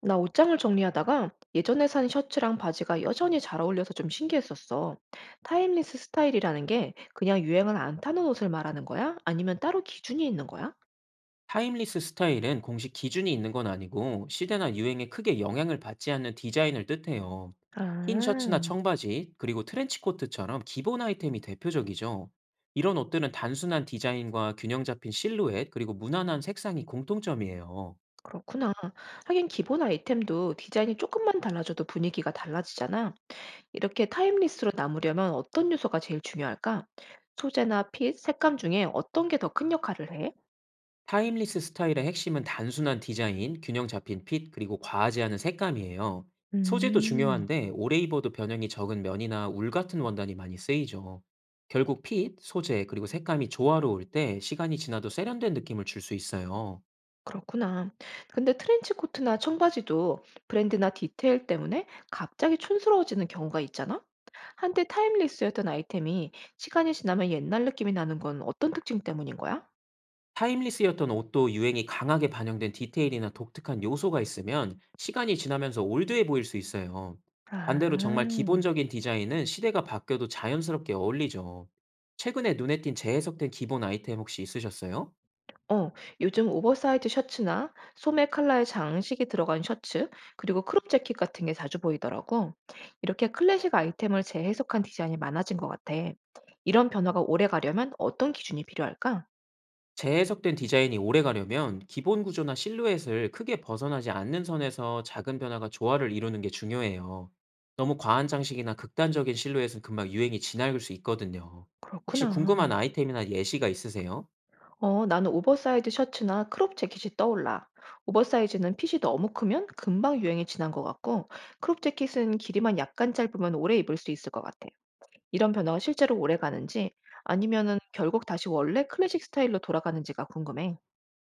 나 옷장을 정리하다가 예전에 산 셔츠랑 바지가 여전히 잘 어울려서 좀 신기했었어. 타임리스 스타일이라는 게 그냥 유행을 안 타는 옷을 말하는 거야? 아니면 따로 기준이 있는 거야? 타임리스 스타일은 공식 기준이 있는 건 아니고 시대나 유행에 크게 영향을 받지 않는 디자인을 뜻해요. 흰 셔츠나 아, 청바지, 그리고 트렌치 코트처럼 기본 아이템이 대표적이죠. 이런 옷들은 단순한 디자인과 균형 잡힌 실루엣, 그리고 무난한 색상이 공통점이에요. 그렇구나. 하긴 기본 아이템도 디자인이 조금만 달라져도 분위기가 달라지잖아. 이렇게 타임리스로 남으려면 어떤 요소가 제일 중요할까? 소재나 핏, 색감 중에 어떤 게 더 큰 역할을 해? 타임리스 스타일의 핵심은 단순한 디자인, 균형 잡힌 핏, 그리고 과하지 않은 색감이에요. 소재도 음. 중요한데 오래 입어도 변형이 적은 면이나 울 같은 원단이 많이 쓰이죠. 결국 핏, 소재, 그리고 색감이 조화로울 때 시간이 지나도 세련된 느낌을 줄 수 있어요. 그렇구나. 근데 트렌치코트나 청바지도 브랜드나 디테일 때문에 갑자기 촌스러워지는 경우가 있잖아? 한때 타임리스였던 아이템이 시간이 지나면 옛날 느낌이 나는 건 어떤 특징 때문인 거야? 타임리스였던 옷도 유행이 강하게 반영된 디테일이나 독특한 요소가 있으면 시간이 지나면서 올드해 보일 수 있어요. 반대로 정말 아, 기본적인 디자인은 시대가 바뀌어도 자연스럽게 어울리죠. 최근에 눈에 띈 재해석된 기본 아이템 혹시 있으셨어요? 어, 요즘 오버사이즈 셔츠나 소매 컬러의 장식이 들어간 셔츠, 그리고 크롭 재킷 같은 게 자주 보이더라고. 이렇게 클래식 아이템을 재해석한 디자인이 많아진 것 같아. 이런 변화가 오래 가려면 어떤 기준이 필요할까? 재해석된 디자인이 오래 가려면 기본 구조나 실루엣을 크게 벗어나지 않는 선에서 작은 변화가 조화를 이루는 게 중요해요. 너무 과한 장식이나 극단적인 실루엣은 금방 유행이 지나갈 수 있거든요. 혹시 그렇구나. 궁금한 아이템이나 예시가 있으세요? 어, 나는 오버사이즈 셔츠나 크롭 재킷이 떠올라. 오버사이즈는 핏이 너무 크면 금방 유행이 지난 것 같고, 크롭 재킷은 길이만 약간 짧으면 오래 입을 수 있을 것 같아. 이런 변화가 실제로 오래 가는지, 아니면은 결국 다시 원래 클래식 스타일로 돌아가는지가 궁금해.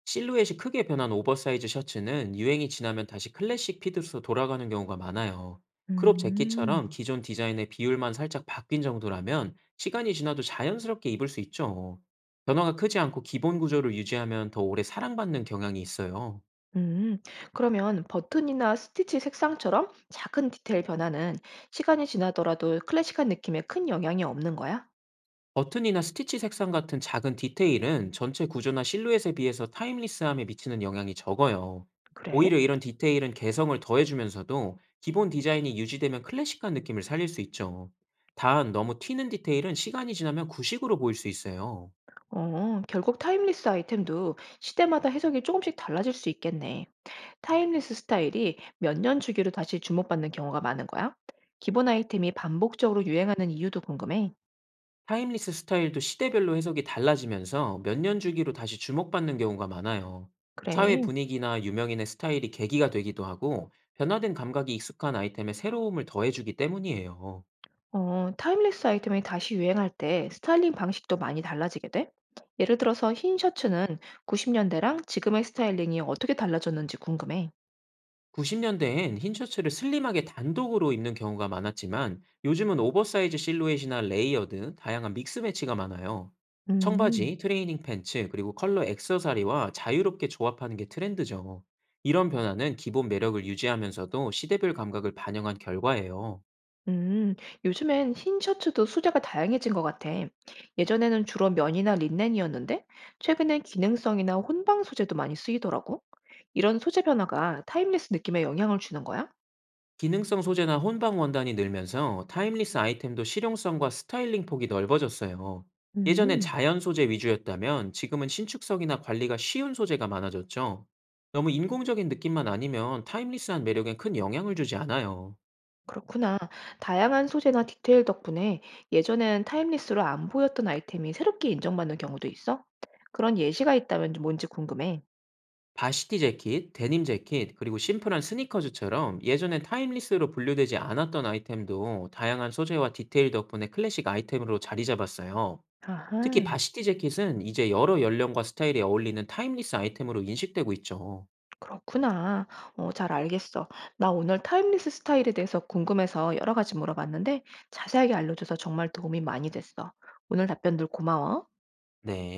실루엣이 크게 변한 오버사이즈 셔츠는 유행이 지나면 다시 클래식 핏으로 돌아가는 경우가 많아요. 크롭 재킷처럼 음, 기존 디자인의 비율만 살짝 바뀐 정도라면 시간이 지나도 자연스럽게 입을 수 있죠. 변화가 크지 않고 기본 구조를 유지하면 더 오래 사랑받는 경향이 있어요. 음, 그러면 버튼이나 스티치 색상처럼 작은 디테일 변화는 시간이 지나더라도 클래식한 느낌에 큰 영향이 없는 거야? 버튼이나 스티치 색상 같은 작은 디테일은 전체 구조나 실루엣에 비해서 타임리스함에 미치는 영향이 적어요. 그래? 오히려 이런 디테일은 개성을 더해주면서도 기본 디자인이 유지되면 클래식한 느낌을 살릴 수 있죠. 단, 너무 튀는 디테일은 시간이 지나면 구식으로 보일 수 있어요. 어, 결국 타임리스 아이템도 시대마다 해석이 조금씩 달라질 수 있겠네. 타임리스 스타일이 몇 년 주기로 다시 주목받는 경우가 많은 거야? 기본 아이템이 반복적으로 유행하는 이유도 궁금해. 타임리스 스타일도 시대별로 해석이 달라지면서 몇 년 주기로 다시 주목받는 경우가 많아요. 사회 그래. 분위기나 유명인의 스타일이 계기가 되기도 하고, 변화된 감각이 익숙한 아이템에 새로움을 더해주기 때문이에요. 어, 타임리스 아이템이 다시 유행할 때 스타일링 방식도 많이 달라지게 돼? 예를 들어서 흰 셔츠는 90년대랑 지금의 스타일링이 어떻게 달라졌는지 궁금해. 90년대엔 흰 셔츠를 슬림하게 단독으로 입는 경우가 많았지만 요즘은 오버사이즈 실루엣이나 레이어드, 다양한 믹스 매치가 많아요. 음. 청바지, 트레이닝 팬츠, 그리고 컬러 액세서리와 자유롭게 조합하는 게 트렌드죠. 이런 변화는 기본 매력을 유지하면서도 시대별 감각을 반영한 결과예요. 음, 요즘엔 흰 셔츠도 소재가 다양해진 것 같아. 예전에는 주로 면이나 린넨이었는데, 최근엔 기능성이나 혼방 소재도 많이 쓰이더라고. 이런 소재 변화가 타임레스 느낌에 영향을 주는 거야? 기능성 소재나 혼방 원단이 늘면서 타임리스 아이템도 실용성과 스타일링 폭이 넓어졌어요. 예전엔 음, 자연 소재 위주였다면 지금은 신축성이나 관리가 쉬운 소재가 많아졌죠. 너무 인공적인 느낌만 아니면 타임리스한 매력엔 큰 영향을 주지 않아요. 그렇구나. 다양한 소재나 디테일 덕분에 예전엔 타임리스로 안 보였던 아이템이 새롭게 인정받는 경우도 있어? 그런 예시가 있다면 뭔지 궁금해. 바시티 재킷, 데님 재킷, 그리고 심플한 스니커즈처럼 예전엔 타임리스로 분류되지 않았던 아이템도 다양한 소재와 디테일 덕분에 클래식 아이템으로 자리 잡았어요. 특히 아하. 바시티 재킷은 이제 여러 연령과 스타일에 어울리는 타임리스 아이템으로 인식되고 있죠. 그렇구나. 어, 잘 알겠어. 나 오늘 타임리스 스타일에 대해서 궁금해서 여러 가지 물어봤는데 자세하게 알려줘서 정말 도움이 많이 됐어. 오늘 답변들 고마워. 네.